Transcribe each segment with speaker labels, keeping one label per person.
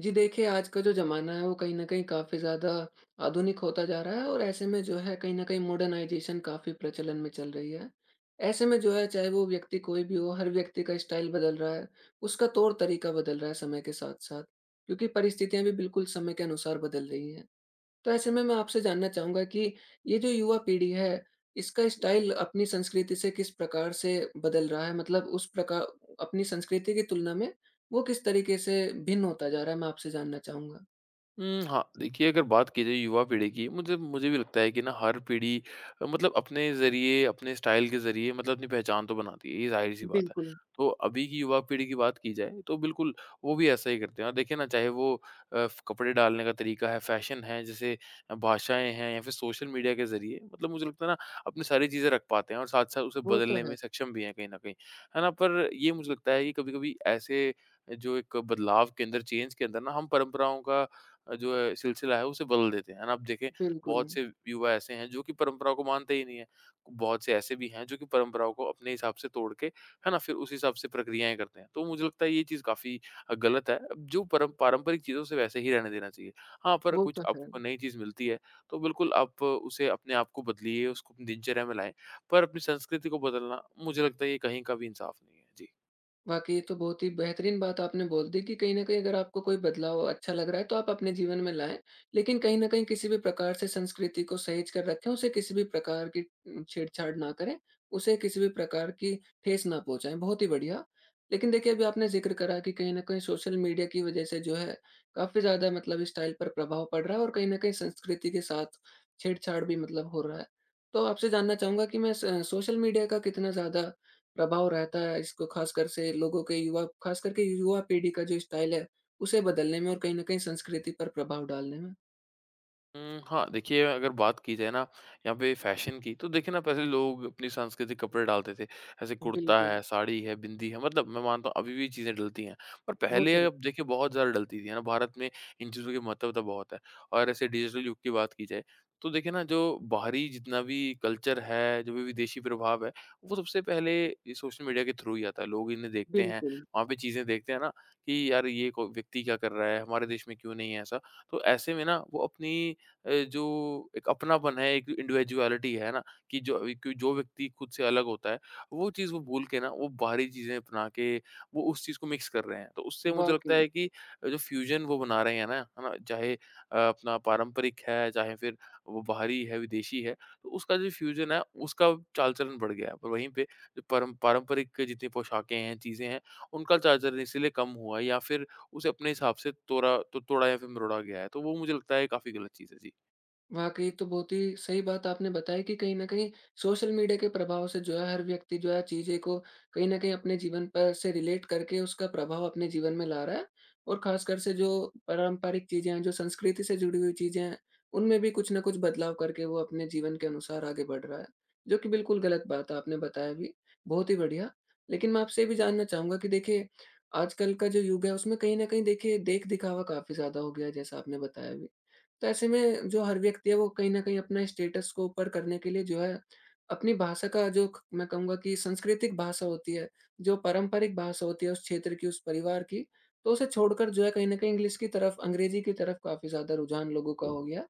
Speaker 1: जी देखिए, आज का जो ज़माना है वो कहीं न कहीं काफ़ी ज़्यादा आधुनिक होता जा रहा है और ऐसे में जो है कहीं न कहीं मॉडर्नाइज़ेशन काफ़ी प्रचलन में चल रही है। ऐसे में जो है चाहे वो व्यक्ति कोई भी हो, हर व्यक्ति का स्टाइल बदल रहा है, उसका तौर-तरीका बदल रहा है समय के साथ-साथ, क्योंकि परिस्थितियाँ भी बिल्कुल समय के अनुसार बदल रही हैं। तो ऐसे में मैं आपसे जानना चाहूँगा कि ये जो युवा पीढ़ी है, इसका स्टाइल अपनी संस्कृति से किस प्रकार से बदल रहा है? मतलब उस प्रका अपनी संस्कृति की तुलना में वो किस तरीके से भिन्न होता जा रहा है? मैं आपसे जानना चाहूँगा।
Speaker 2: देखिए, अगर बात की जाए युवा पीढ़ी की मुझे मुझे भी लगता है कि ना हर पीढ़ी मतलब अपने ज़रिए, अपने स्टाइल के ज़रिए मतलब अपनी पहचान तो बनाती है, ये ज़ाहिर-सी बात है।
Speaker 1: बिल्कुल,
Speaker 2: तो अभी की युवा पीढ़ी की बात की जाए तो बिल्कुल वो भी ऐसा ही करते हैं और देखिए ना, चाहे वो कपड़े डालने का तरीका है, फ़ैशन है, जैसे भाषाएँ हैं या फिर सोशल मीडिया के ज़रिए, मतलब मुझे लगता है ना अपनी सारी चीज़ें रख पाते हैं और साथ-साथ उसे
Speaker 1: वो तो
Speaker 2: बदलने में
Speaker 1: है।
Speaker 2: सक्षम भी हैं कहीं न कहीं, है ना? पर ये मुझे लगता है कि कभी-कभी ऐसे जो एक बदलाव के अंदर, चेंज के अंदर ना, हम परंपराओं का जो है सिलसिला है उसे बदल देते हैं। आप देखें
Speaker 1: बिल्कुल,
Speaker 2: बहुत से युवा ऐसे हैं जो कि परंपराओं को मानते ही नहीं है। बहुत से ऐसे भी हैं जो कि परंपराओं को अपने हिसाब से तोड़ के, है ना? फिर उस हिसाब से प्रक्रियाएँ करते हैं। तो मुझे लगता है ये चीज़ काफ़ी गलत है। अब जो परम पारंपरिक चीज़ों से वैसे ही रहने देना चाहिए। हाँ, पर
Speaker 1: वो
Speaker 2: कुछ
Speaker 1: तो है।
Speaker 2: आपको नई चीज़ मिलती है तो बिल्कुल आप उसे अपने आप को बदलिए, उसको अपनी दिनचर्या में लाएँ। पर अपनी संस्कृति को बदलना, मुझे लगता है ये कहीं का भी इंसाफ नहीं है। जी।
Speaker 1: वाक़ई ये तो बहुत ही बेहतरीन बात आपने बोल दी कि कहीं न कहीं अगर आपको कोई बदलाव अच्छा लग रहा है तो आप अपने जीवन में लाएँ। लेकिन कहीं न कहीं किसी भी प्रकार से संस्कृति को सहेज कर रखें, उसे किसी भी प्रकार की छेड़छाड़ ना करें, उसे किसी भी प्रकार की ठेस ना पहुँचाएँ, बहुत ही बढ़िया। लेकिन देखिए अभी आपने ज़िक्र करा कि कहीं न कहीं सोशल मीडिया की वज़ह से जो है काफ़ी ज़्यादा मतलब स्टाइल पर प्रभाव पड़ रहा है और कहीं न कहीं संस्कृति के साथ छेड़छाड़ भी मतलब हो रहा है। तो आपसे जानना चाहूँगा कि मैं स सोशल मीडिया का कितना ज़्यादा प्रभाव रहता है इसको ख़ासकर से लोगों के युवा ख़ास करके युवा पीढ़ी का जो स्टाइल है, उसे बदलने में और कहीं न कहीं संस्कृति पर प्रभाव डालने में।
Speaker 2: देखिए, अगर बात की जाए ना यहाँ पे फ़ैशन की, तो देखिए ना, पहले लोग अपनी सांस्कृतिक कपड़े डालते थे। ऐसे कुर्ता
Speaker 1: बिल्कुल,
Speaker 2: है, साड़ी है, बिंदी है, मतलब मैं मानता हूँ अभी भी चीज़ें डलती हैं। पर
Speaker 1: वो
Speaker 2: पहले,
Speaker 1: तो है।
Speaker 2: अब देखिए, बहुत ज़्यादा डलती थी, है ना? भारत में इन चीज़ों की महत्वता बहुत है। और ऐसे डिजिटल युग की बात की जाए तो देखिए ना, जो बाहरी जितना भी कल्चर है, जो भी विदेशी प्रभाव है, वो सबसे पहले ये सोशल मीडिया के थ्रू ही आता है। लोग इन्हें देखते हैं,
Speaker 1: बिल्कुल,
Speaker 2: वहाँ पे चीज़ें देखते हैं ना, कि यार ये को व्यक्ति क्या कर रहा है? हमारे देश में क्यों नहीं है ऐसा? तो ऐसे में ना वो अपनी जो एक अपनापन है, एक इंडिविजुअलिटी है ना, कि जो व्यक्ति खुद से अलग होता है, वो चीज़ वो भूल के ना, वो बाहरी चीज़ें अपना के वो उस चीज़ को मिक्स कर रहे हैं। तो उससे मुझे लगता
Speaker 1: वाक़ई।
Speaker 2: है कि जो फ्यूज़न वो बना रहे हैं ना, है ना? चाहे अपना पारंपरिक है, चाहे फिर वो बाहरी है, विदेशी है, तो उसका जो फ्यूज़न है, उसका चाल-चलन बढ़ गया है। पर वहीं पे जो परम पारंपरिक जितनी पोशाकें हैं, चीज़ें हैं, उनका चाल-चलन इसीलिए कम हुआ है या फिर उसे अपने हिसाब से तोड़ा या फिर मरोड़ा गया है। तो वो मुझे लगता है काफ़ी गलत चीज़ है। जी।
Speaker 1: वाक़ई, तो बहुत ही सही बात आपने बताई कि कहीं न कहीं सोशल मीडिया के प्रभाव से जो है हर व्यक्ति जो है चीज़ें को कहीं न कहीं अपने जीवन पर से रिलेट करके उसका प्रभाव अपने जीवन में ला रहा है। और ख़ासकर से जो पारंपरिक चीज़ें हैं, जो संस्कृति से जुड़ी हुई चीज़ें हैं, उनमें भी कुछ न कुछ बदलाव करके वो अपने जीवन के अनुसार आगे बढ़ रहा है, जो कि बिल्कुल गलत बात है, आपने बताया भी। बहुत ही बढ़िया। लेकिन मैं आपसे ये भी जानना चाहूँगा कि देखिए आजकल का जो युग है उसमें कहीं न कहीं देखिए देख-दिखावा काफ़ी ज़्यादा हो गया है, जैसा आपने बताया भी। तो ऐसे में जो हर व्यक्ति है वो कहीं न कहीं अपना स्टेटस को ऊपर करने के लिए जो है, अपनी भाषा का जो क मैं कहूँगा कि सांस्कृतिक भाषा होती है, जो पारंपरिक भाषा होती है उस क्षेत्र की, उस परिवार की, तो उसे छोड़कर जो है कहीं न कहीं इंग्लिश की तरफ, अंग्रेजी की तरफ काफ़ी ज़्यादा रुझान लोगों का हो गया।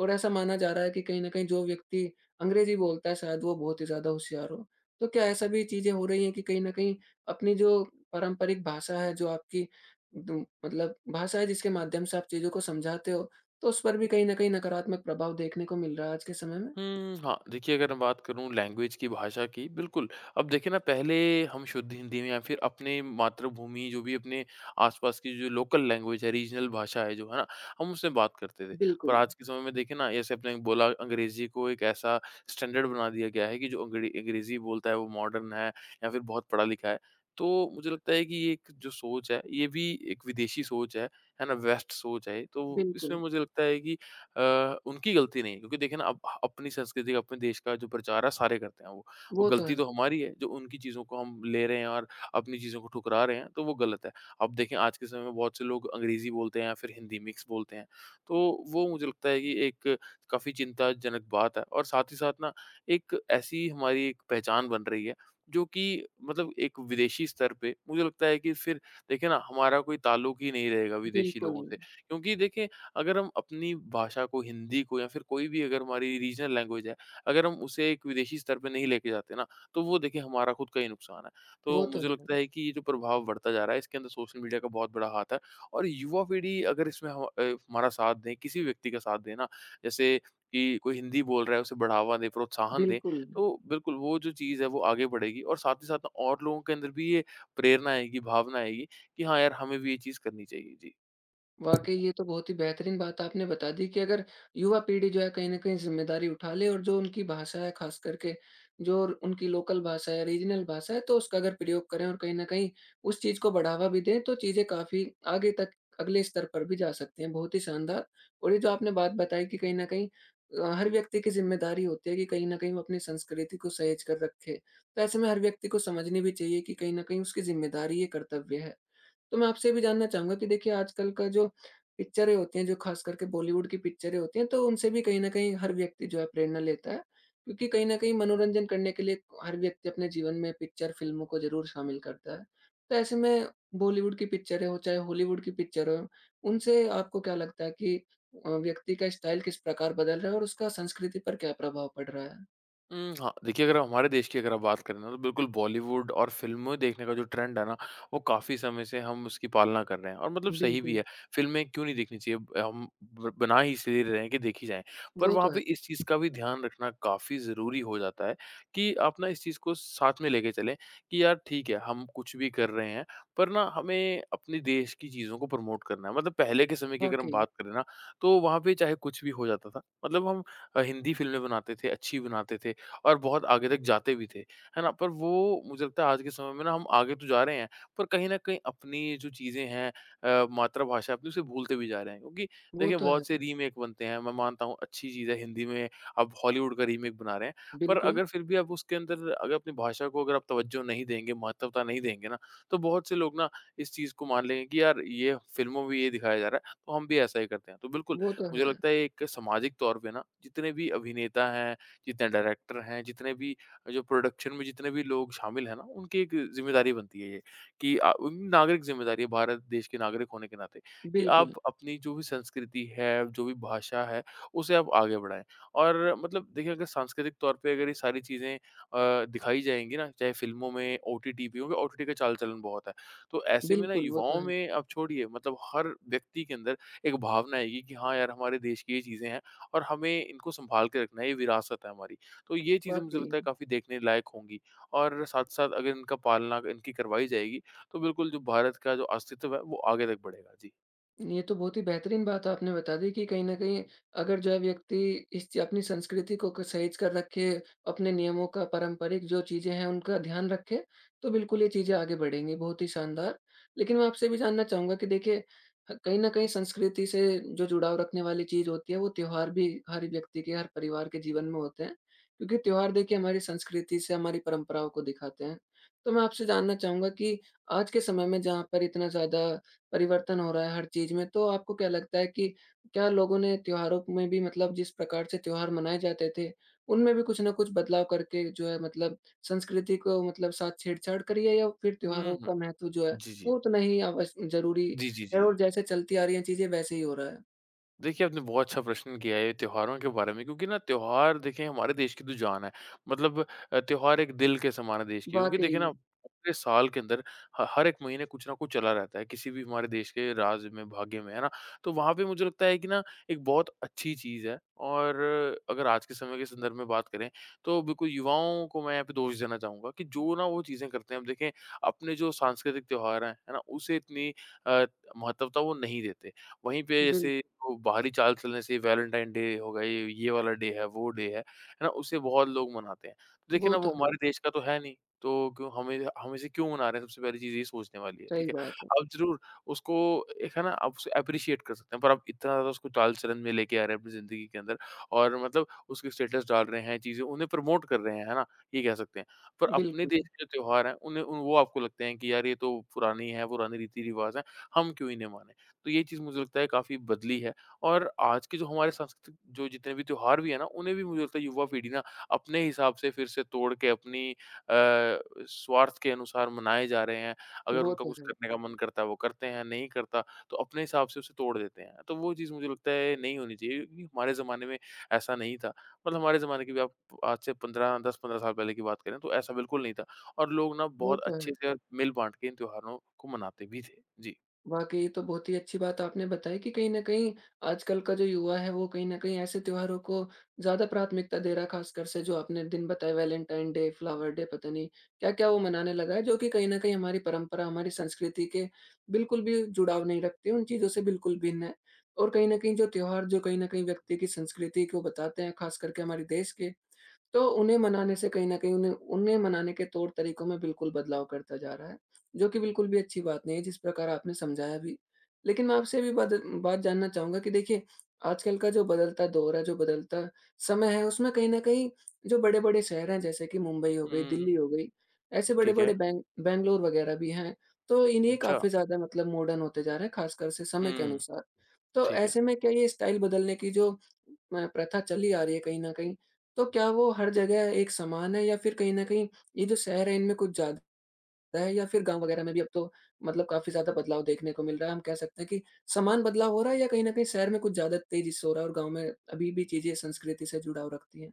Speaker 1: और ऐसा माना जा रहा है कि कहीं न कहीं जो व्यक्ति अंग्रेजी बोलता है शायद वो बहुत ही ज़्यादा होशियार हो। तो क्या ऐसा भी चीज़ें हो रही हैं कि कहीं न कहीं अपनी जो पारंपरिक भाषा है, जो आपकी दु मतलब भाषा है जिसके माध्यम से आप चीज़ों को समझाते हो, तो उस पर भी कहीं न कहीं नकारात्मक प्रभाव देखने को मिल रहा है आज के समय में।
Speaker 2: देखिए, अगर मैं बात करूँ लैंग्वेज की, भाषा की, बिल्कुल। अब देखिए ना, पहले हम शुद्ध हिंदी में या फिर अपने मातृभूमि, जो भी अपने आस-पास की जो लोकल लैंग्वेज है, रीजनल भाषा है जो, है ना? हम उससे बात करते थे। पर
Speaker 1: बिल्कुल,
Speaker 2: आज के समय में देखिए ना, जैसे आपने बोला, अंग्रेज़ी को एक ऐसा स्टैंडर्ड बना दिया गया है कि जो अंग्रेज़ी बोलता है वो मॉडर्न है या फिर बहुत पढ़ा-लिखा है। तो मुझे लगता है कि ये एक जो सोच है, ये भी एक विदेशी सोच है ना? वेस्ट सोच है। तो इसमें
Speaker 1: बिल्कुल।
Speaker 2: मुझे लगता है कि उनकी गलती नहीं है, क्योंकि देखिए ना, अब अपनी संस्कृति का, अपने देश का जो प्रचार है सारे करते हैं वो। वो
Speaker 1: वो तो
Speaker 2: गलती
Speaker 1: है।
Speaker 2: तो हमारी है जो उनकी चीज़ों को हम ले रहे हैं और अपनी चीज़ों को ठुकरा रहे हैं, तो वो गलत है। अब देखें, आज के समय में बहुत से लोग अंग्रेज़ी बोलते हैं या फिर हिंदी मिक्स बोलते हैं। तो वो मुझे लगता है कि एक काफ़ी चिंताजनक बात है और साथ ही साथ ना एक ऐसी हमारी एक पहचान बन रही है जो कि, मतलब, एक विदेशी स्तर पे मुझे लगता है कि फिर देखिए ना, हमारा कोई ताल्लुक ही नहीं रहेगा विदेशी
Speaker 1: बिल्कुल,
Speaker 2: लोगों से। क्योंकि देखिए, अगर हम अपनी भाषा को, हिंदी को या फिर कोई भी अगर हमारी रीजनल लैंग्वेज है, अगर हम उसे एक विदेशी स्तर पे नहीं लेके जाते ना, तो वो देखिए हमारा खुद का ही नुकसान है।
Speaker 1: वो
Speaker 2: तो
Speaker 1: तो
Speaker 2: मुझे
Speaker 1: है।
Speaker 2: लगता है कि ये जो प्रभाव बढ़ता जा रहा है, इसके अंदर सोशल मीडिया का बहुत बड़ा हाथ है और युवा पीढ़ी अगर इसमें हम हमारा साथ दें, किसी भी व्यक्ति का साथ दें ना, जैसे कि कोई हिंदी बोल रहा है, उसे बढ़ावा दें, प्रोत्साहन दें,
Speaker 1: बिल्कुल।
Speaker 2: तो बिल्कुल वो जो चीज़ है, वो आगे बढ़ेगी और साथ ही साथ ना और लोगों के अंदर भी ये प्रेरणा आएगी, भावना आएगी कि हाँ यार, हमें भी ये चीज़ करनी चाहिए। जी।
Speaker 1: वाक़ई ये तो बहुत ही बेहतरीन बात आपने बता दी कि अगर युवा पीढ़ी जो है कहीं न कहीं ज़िम्मेदारी उठा ले और जो उनकी भाषा है ख़ास करके जो उनकी लोकल भाषा है, रीजनल भाषा है तो उसका अगर प्रयोग करें और कहीं न कहीं उस चीज़ को बढ़ावा भी दें तो चीज़ें काफ़ी आगे तक अगले स्तर पर भी जा सकती हैं। बहुत ही शानदार, और ये जो आपने बात बताई कि कहीं न कहीं हर व्यक्ति की ज़िम्मेदारी होती है कि कहीं न कहीं वो अपनी संस्कृति को सहेज कर रखे। तो ऐसे में हर व्यक्ति को समझनी भी चाहिए कि कहीं न कहीं उसकी ज़िम्मेदारी ये कर्तव्य है। तो मैं आपसे ये भी जानना चाहूँगा कि देखिए आजकल का जो पिक्चरें होती हैं, जो ख़ास करके बॉलीवुड की पिक्चरें होती हैं, तो उनसे भी कहीं न कहीं हर व्यक्ति जो है प्रेरणा लेता है। क्योंकि कहीं न कहीं मनोरंजन करने के लिए हर व्यक्ति अपने जीवन में पिक्चर फ़िल्मों को ज़रूर शामिल करता है। तो ऐसे में बॉलीवुड की पिक्चरें हों, चाहे हॉलीवुड की पिक्चर हों, उनसे आपको क्या लगता है कि व्यक्ति का स्टाइल किस प्रकार बदल रहा है और उसका संस्कृति पर क्या प्रभाव पड़ रहा है?
Speaker 2: देखिए, अगर हमारे देश की अगर आप बात करें ना, तो बिल्कुल बॉलीवुड और फ़िल्में देखने का जो ट्रेंड है ना, वो काफ़ी समय से हम उसकी पालना कर रहे हैं और मतलब सही भी
Speaker 1: बिल्कुल,
Speaker 2: है। फ़िल्में क्यों नहीं देखनी चाहिए? ब हम ब बना ही इसलिए रहे हैं कि देखी जाएँ। पर
Speaker 1: वो
Speaker 2: वहाँ
Speaker 1: तो
Speaker 2: पे
Speaker 1: है।
Speaker 2: इस चीज़ का भी ध्यान रखना काफ़ी ज़रूरी हो जाता है कि आप ना इस चीज़ को साथ में लेके चलें कि यार ठीक है, हम कुछ भी कर रहे हैं, पर ना हमें अपने देश की चीज़ों को प्रमोट करना है। मतलब पहले के समय की अगर हम
Speaker 1: वाक़ई,
Speaker 2: बात करें ना, तो वहाँ पे चाहे कुछ भी हो जाता था। मतलब हम हिंदी फ़िल्में बनाते थे, अच्छी बनाते थे। और बहुत आगे तक जाते भी थे, है ना? पर वो मुझे लगता है आज के समय में ना हम आगे तो जा रहे हैं, पर कहीं न कहीं अपनी जो चीज़ें हैं मातृभाषा अपनी उसे भूलते भी जा रहे हैं, क्योंकि
Speaker 1: वो
Speaker 2: देखिए
Speaker 1: तो है।
Speaker 2: बहुत से रीमेक बनते हैं, मैं मानता हूँ अच्छी चीज़ है, हिंदी में अब हॉलीवुड का रीमेक बना रहे हैं, पर
Speaker 1: बिल्कुल,
Speaker 2: अगर फिर भी आप उसके अंदर अगर अपनी भाषा को अगर आप तवज्जो नहीं देंगे, महत्वता नहीं देंगे ना, तो बहुत से लोग ना इस चीज़ को मान लेंगे कि यार ये फ़िल्मों में ये दिखाया जा रहा है, तो हम भी ऐसा ही करते हैं। तो बिल्कुल,
Speaker 1: वो तो
Speaker 2: मुझे
Speaker 1: है।
Speaker 2: लगता है एक सामाजिक तौर पे ना जितने भी अभिनेता हैं, जितने डायरेक्टर हैं, जितने भी जो प्रोडक्शन में जितने भी लोग शामिल हैं ना, उनकी एक ज़िम्मेदारी बनती है, ये कि उन नागरिक ज़िम्मेदारी है भारत देश के नागरिक होने के नाते कि आप
Speaker 1: बिल्कुल,
Speaker 2: अपनी जो भी संस्कृति है, जो भी भाषा है, उसे आप आगे बढ़ाएँ। और मतलब देखिए अगर सांस्कृतिक तौर पे अगर ये सारी चीज़ें दिखाई जाएँगी ना, चाहे फ़िल्मों में, ओटीटी पे होंगे, ओटीटी का चाल-चलन बहुत है। तो ऐसे में ना
Speaker 1: बिल्कुल, वो तो
Speaker 2: युवाओं
Speaker 1: है।
Speaker 2: में आप छोड़िए, मतलब हर व्यक्ति के अंदर एक भावना आएगी कि हाँ यार, हमारे देश की ये चीज़ें हैं और हमें इनको सँभाल के रखना है, ये विरासत है हमारी। तो ये चीज़ें मुझे
Speaker 1: वाक़ई,
Speaker 2: लगता है काफ़ी देखने लायक होंगी और साथ-साथ अगर इनका पालना अगर इनकी करवाई जाएगी, तो बिल्कुल जो भारत का जो अस्तित्व है, वो आगे तक बढ़ेगा। जी।
Speaker 1: ये तो बहुत ही बेहतरीन बात आपने बता दी कि कहीं न कहीं अगर जो है व्यक्ति इस च अपनी संस्कृति को क सहेज कर रखे, अपने नियमों का पारंपरिक जो चीज़ें हैं उनका ध्यान रखे, तो बिल्कुल ये चीज़ें आगे बढ़ेंगी, बहुत ही शानदार। लेकिन मैं आपसे भी जानना चाहूँगा कि देखिए ह कहीं न कहीं संस्कृति से जो जुड़ाव रखने वाली चीज़ होती है वो त्योहार भी हर व्यक्ति के, हर परिवार के जीवन में होते हैं, क्योंकि त्योहार देखिए हमारी संस्कृति से, हमारी परंपराओं को दिखाते हैं। तो मैं आपसे जानना चाहूँगा कि आज के समय में जहाँ पर इतना ज़्यादा परिवर्तन हो रहा है हर चीज़ में, तो आपको क्या लगता है कि क्या लोगों ने त्योहारों में भी मतलब जिस प्रकार से त्योहार मनाए जाते थे, उनमें भी कुछ न कुछ बदलाव करके जो है मतलब संस्कृति को मतलब साथ छेड़छाड़ करी है, या फिर
Speaker 2: हुँ,
Speaker 1: त्योहारों
Speaker 2: हुँ।
Speaker 1: का महत्व जो है,
Speaker 2: जी, जी।
Speaker 1: वो उतना ही आवश ज़रूरी
Speaker 2: जी, जी,
Speaker 1: है
Speaker 2: जी।
Speaker 1: और जैसे चलती आ रही हैं चीज़ें वैसे ही हो रहा है?
Speaker 2: देखिए, आपने बहुत अच्छा प्रश्न किया है त्योहारों के बारे में, क्योंकि ना त्योहार देखिए हमारे देश की तो जान है। मतलब त्योहार एक दिल के समान है देश के, क्योंकि देखिए
Speaker 1: वाक़ई,
Speaker 2: ना, पूरे साल के अंदर ह हर एक महीने कुछ न कुछ चला रहता है, किसी भी हमारे देश के राज्य में, भाग्य में, है ना? तो वहाँ पे मुझे लगता है कि ना एक बहुत अच्छी चीज़ है और अगर आज के समय के संदर्भ में बात करें, तो बिल्कुल युवाओं को मैं यहाँ पे दोष देना चाहूँगा कि जो ना वो चीज़ें करते हैं। अब देखें, अपने जो सांस्कृतिक त्योहार हैं, है ना? उसे इतनी अ, महत्वता वो नहीं देते। वहीं पे
Speaker 1: बिल्कुल,
Speaker 2: जैसे वो बाहरी चाल चलने से वैलेंटाइन डे हो गई, ये वाला डे है, वो डे है ना? उसे बहुत लोग मनाते हैं। तो देखिए
Speaker 1: वो
Speaker 2: ना, वो
Speaker 1: तो है,
Speaker 2: हमारे देश का तो है नहीं, तो क्यों हमें, हम इसे क्यों मना रहे हैं? सबसे पहली चीज़ ये सोचने वाली है, ठीक
Speaker 1: सही
Speaker 2: है?
Speaker 1: बात है।
Speaker 2: आप ज़रूर उसको एक, है ना, आप उसे एप्रिशिएट कर सकते हैं, पर आप इतना ज़्यादा उसको चाल-चलन में लेके आ रहे हैं अपनी ज़िंदगी के अंदर और मतलब उसके स्टेटस डाल रहे हैं, चीज़ें उन्हें प्रमोट कर रहे हैं, है ना? ये कह सकते हैं। पर अपने
Speaker 1: बिल्कुल,
Speaker 2: देश के जो त्योहार हैं, उन्हें उन वो आपको लगते हैं कि यार ये तो पुरानी है, पुराने रीति-रिवाज़ हैं, हम क्यों इन्हें माने? तो ये चीज़ मुझे लगता है काफ़ी बदली है और आज के जो हमारे सांस्कृतिक जो जितने भी त्योहार भी है ना, उन्हें भी मुझे लगता है युवा पीढ़ी ना अपने हिसाब से फिर से तोड़ के अपनी स्वार्थ के अनुसार मनाए जा रहे हैं। अगर
Speaker 1: वो
Speaker 2: उनका
Speaker 1: तो
Speaker 2: कुछ
Speaker 1: है,
Speaker 2: करने का मन करता है वो करते हैं, नहीं करता तो अपने हिसाब से उसे तोड़ देते हैं। तो वो चीज़ मुझे लगता है नहीं होनी चाहिए, क्योंकि हमारे ज़माने में ऐसा नहीं था। मतलब हमारे ज़माने की भी आप आज से 15 10-15 साल पहले की बात करें तो ऐसा बिल्कुल नहीं था और लोग ना
Speaker 1: वो
Speaker 2: बहुत
Speaker 1: तो है।
Speaker 2: अच्छे से और मिल बाँट के इन त्योहारों को मनाते भी थे। जी।
Speaker 1: वाक़ई ये तो बहुत ही अच्छी बात आपने बताई कि कहीं न कहीं आजकल का जो युवा है वो कहीं न कहीं ऐसे त्योहारों को ज़्यादा प्राथमिकता दे रहा है, ख़ासकर से जो आपने दिन बताए वैलेंटाइन डे, फ्लावर डे, पता नहीं क्या-क्या वो मनाने लगा है जो कि कहीं न कहीं हमारी परंपरा, हमारी संस्कृति के बिल्कुल भी जुड़ाव नहीं रखती, उन चीज़ों से बिल्कुल भिन्न है। और कहीं न कहीं जो त्योहार जो कहीं न कहीं व्यक्ति की संस्कृति को बताते हैं ख़ास करके हमारे देश के, तो उन्हें मनाने से कहीं न कहीं उन्हें उन्हें मनाने के तौर-तरीकों में बिल्कुल बदलाव करता जा रहा है, जो कि बिल्कुल भी अच्छी बात नहीं है, जिस प्रकार आपने समझाया भी। लेकिन मैं आपसे ये भी बात बात जानना चाहूँगा कि देखिए, आजकल का जो बदलता दौर है, जो बदलता समय है, उसमें कहीं न कहीं जो बड़े-बड़े शहर हैं, जैसे कि मुंबई हो
Speaker 2: हुँ,
Speaker 1: गई,
Speaker 2: हुँ, हुँ।
Speaker 1: दिल्ली हो गई, ऐसे
Speaker 2: ठीक है।
Speaker 1: बड़े-बड़े बैंगलोर वगैरह भी हैं, तो इन्हें
Speaker 2: अच्छा।
Speaker 1: काफ़ी ज़्यादा मतलब मॉडर्न होते जा रहे हैं, खासकर से समय के
Speaker 2: हुँ,
Speaker 1: अनुसार। तो
Speaker 2: ठीक है।
Speaker 1: ऐसे में क्या ये स्टाइल बदलने की जो प्रथा चली आ रही है कहीं न कहीं, तो क्या वो हर जगह एक समान है या फिर कहीं न कहीं ये जो शहर है इनमें कुछ ज़्यादा है, या फिर गाँव वगैरह में भी अब तो मतलब काफ़ी ज़्यादा बदलाव देखने को मिल रहा है? हम कह सकते हैं कि समान बदलाव हो रहा है या कहीं न कहीं शहर में कुछ ज़्यादा तेज़ी से हो रहा है और गाँव में अभी भी चीज़ें संस्कृति से जुड़ाव रखती हैं?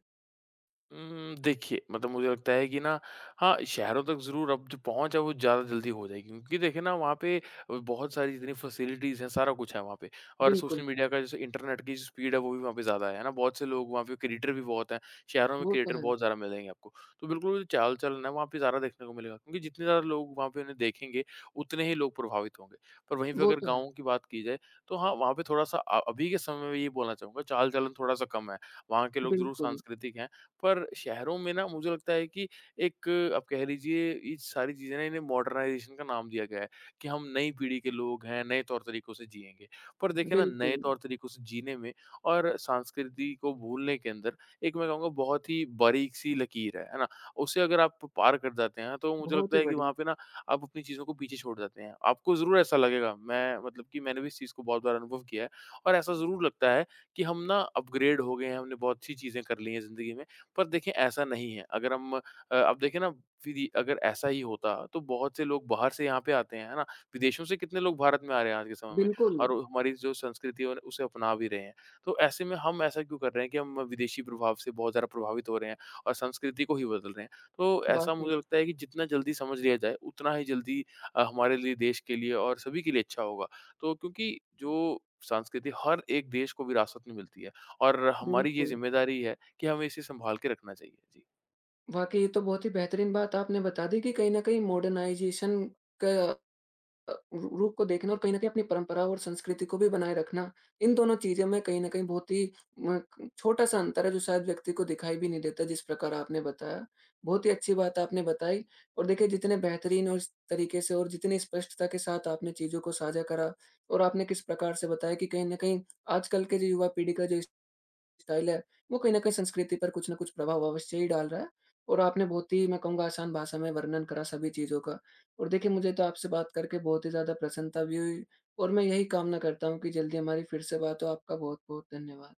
Speaker 2: देखिए, मतलब मुझे लगता है कि ना, हाँ, शहरों तक ज़रूर अब जो पहुँच है, वो ज़्यादा जल्दी हो जाएगी, क्योंकि देखिए ना, वहाँ पे बहुत सारी जितनी फैसिलिटीज़ हैं, सारा कुछ है वहाँ पे और सोशल
Speaker 1: बिल्कुल,
Speaker 2: मीडिया का, जैसे इंटरनेट की जो स्पीड है, वो भी वहाँ पे ज़्यादा है ना? बहुत से लोग वहाँ पे, क्रिएटर भी बहुत हैं, शहरों में
Speaker 1: वो तो
Speaker 2: क्रिएटर
Speaker 1: है,
Speaker 2: बहुत ज़्यादा मिलेंगे आपको। तो बिल्कुल, चाल-चलन है, वहाँ पे ज़्यादा देखने को मिलेगा, क्योंकि जितने ज़्यादा लोग वहाँ पे उन्हें देखेंगे, उतने ही लोग प्रभावित होंगे। पर वहीं पे
Speaker 1: वो
Speaker 2: अगर
Speaker 1: तो है।
Speaker 2: गाँव की बात की जाए, तो हाँ, वहाँ पे थोड़ा-सा अभी के समय में ये बोलना चाहूँगा, चाल-चलन थोड़ा-सा कम है। वहाँ के लोग ज़रूर
Speaker 1: बिल्कुल,
Speaker 2: सांस्कृतिक हैं, पर शहरों में ना मुझे लगता है कि एक, आप कह लीजिए, ये सारी चीज़ें ना इन्हें मॉडर्नाइज़ेशन का नाम दिया गया है कि हम नई पीढ़ी के लोग हैं, नए तौर-तरीकों से जिएँगे। पर देखिए ना, नए
Speaker 1: बिल्कुल,
Speaker 2: तौर-तरीकों से जीने में और संस्कृति को भूलने के अंदर एक, मैं कहूँगा, बहुत ही बारीक-सी लकीर है ना? उसे अगर आप पार कर जाते हैं तो मुझे
Speaker 1: बहुत
Speaker 2: लगता
Speaker 1: ही
Speaker 2: है कि
Speaker 1: बढ़िया।
Speaker 2: वहाँ पे ना आप अपनी चीज़ों को पीछे छोड़ जाते हैं। आपको ज़रूर ऐसा लगेगा, मैं मतलब कि मैंने भी इस चीज़ को बहुत बार अनुभव किया है और ऐसा ज़रूर लगता है कि हम ना अपग्रेड हो गए हैं, हमने बहुत सी चीज़ें कर ली हैं ज़िंदगी में, पर देखिए ऐसा नहीं है। अगर हम अब देखिए ना, अगर ऐसा ही होता तो बहुत से लोग बाहर से यहाँ पे आते हैं, है ना? विदेशों से कितने लोग भारत में आ रहे हैं आज के समय में
Speaker 1: बिल्कुल,
Speaker 2: और वो हमारी जो संस्कृति है उसे अपना भी रहे हैं। तो ऐसे में हम ऐसा क्यों कर रहे हैं कि हम विदेशी प्रभाव से बहुत ज़्यादा प्रभावित हो रहे हैं और संस्कृति को ही बदल रहे हैं। तो ऐसा
Speaker 1: वाक़ई,
Speaker 2: मुझे लगता है कि जितना जल्दी समझ लिया जाए उतना ही जल्दी हमारे लिए, देश के लिए और सभी के लिए अच्छा होगा। तो क्योंकि जो संस्कृति हर एक देश को विरासत में मिलती है और हमारी ये
Speaker 1: बिल्कुल।
Speaker 2: ज़िम्मेदारी है कि हमें इसे सँभाल के रखना चाहिए? जी।
Speaker 1: वाक़ई ये तो बहुत ही बेहतरीन बात आपने बता दी कि कहीं न कहीं मॉडर्नाइज़ेशन का रू रूप को देखना और कहीं न कहीं अपनी परंपरा और संस्कृति को भी बनाए रखना, इन दोनों चीज़ों में कहीं न कहीं बहुत ही म छोटा-सा अंतर है जो शायद व्यक्ति को दिखाई भी नहीं देता, जिस प्रकार आपने बताया। बहुत ही अच्छी बात आपने बताई, और देखिए जितने बेहतरीन और इस तरीके से और जितनी स्पष्टता के साथ आपने चीज़ों को साझा करा और आपने किस प्रकार से बताया कि कहीं न कहीं आजकल के जो युवा पीढ़ी का जो स्टाइल है, वो कहीं न कहीं संस्कृति पर कुछ न कुछ प्रभाव अवश्य ही डाल रहा है, और आपने बहुत ही मैं कहूँगा आसान भाषा में वर्णन करा सभी चीज़ों का। और देखिए मुझे तो आपसे बात करके बहुत ही ज़्यादा प्रसन्नता भी हुई और मैं यही कामना करता हूँ कि जल्दी हमारी फिर से बात हो। आपका बहुत-बहुत धन्यवाद।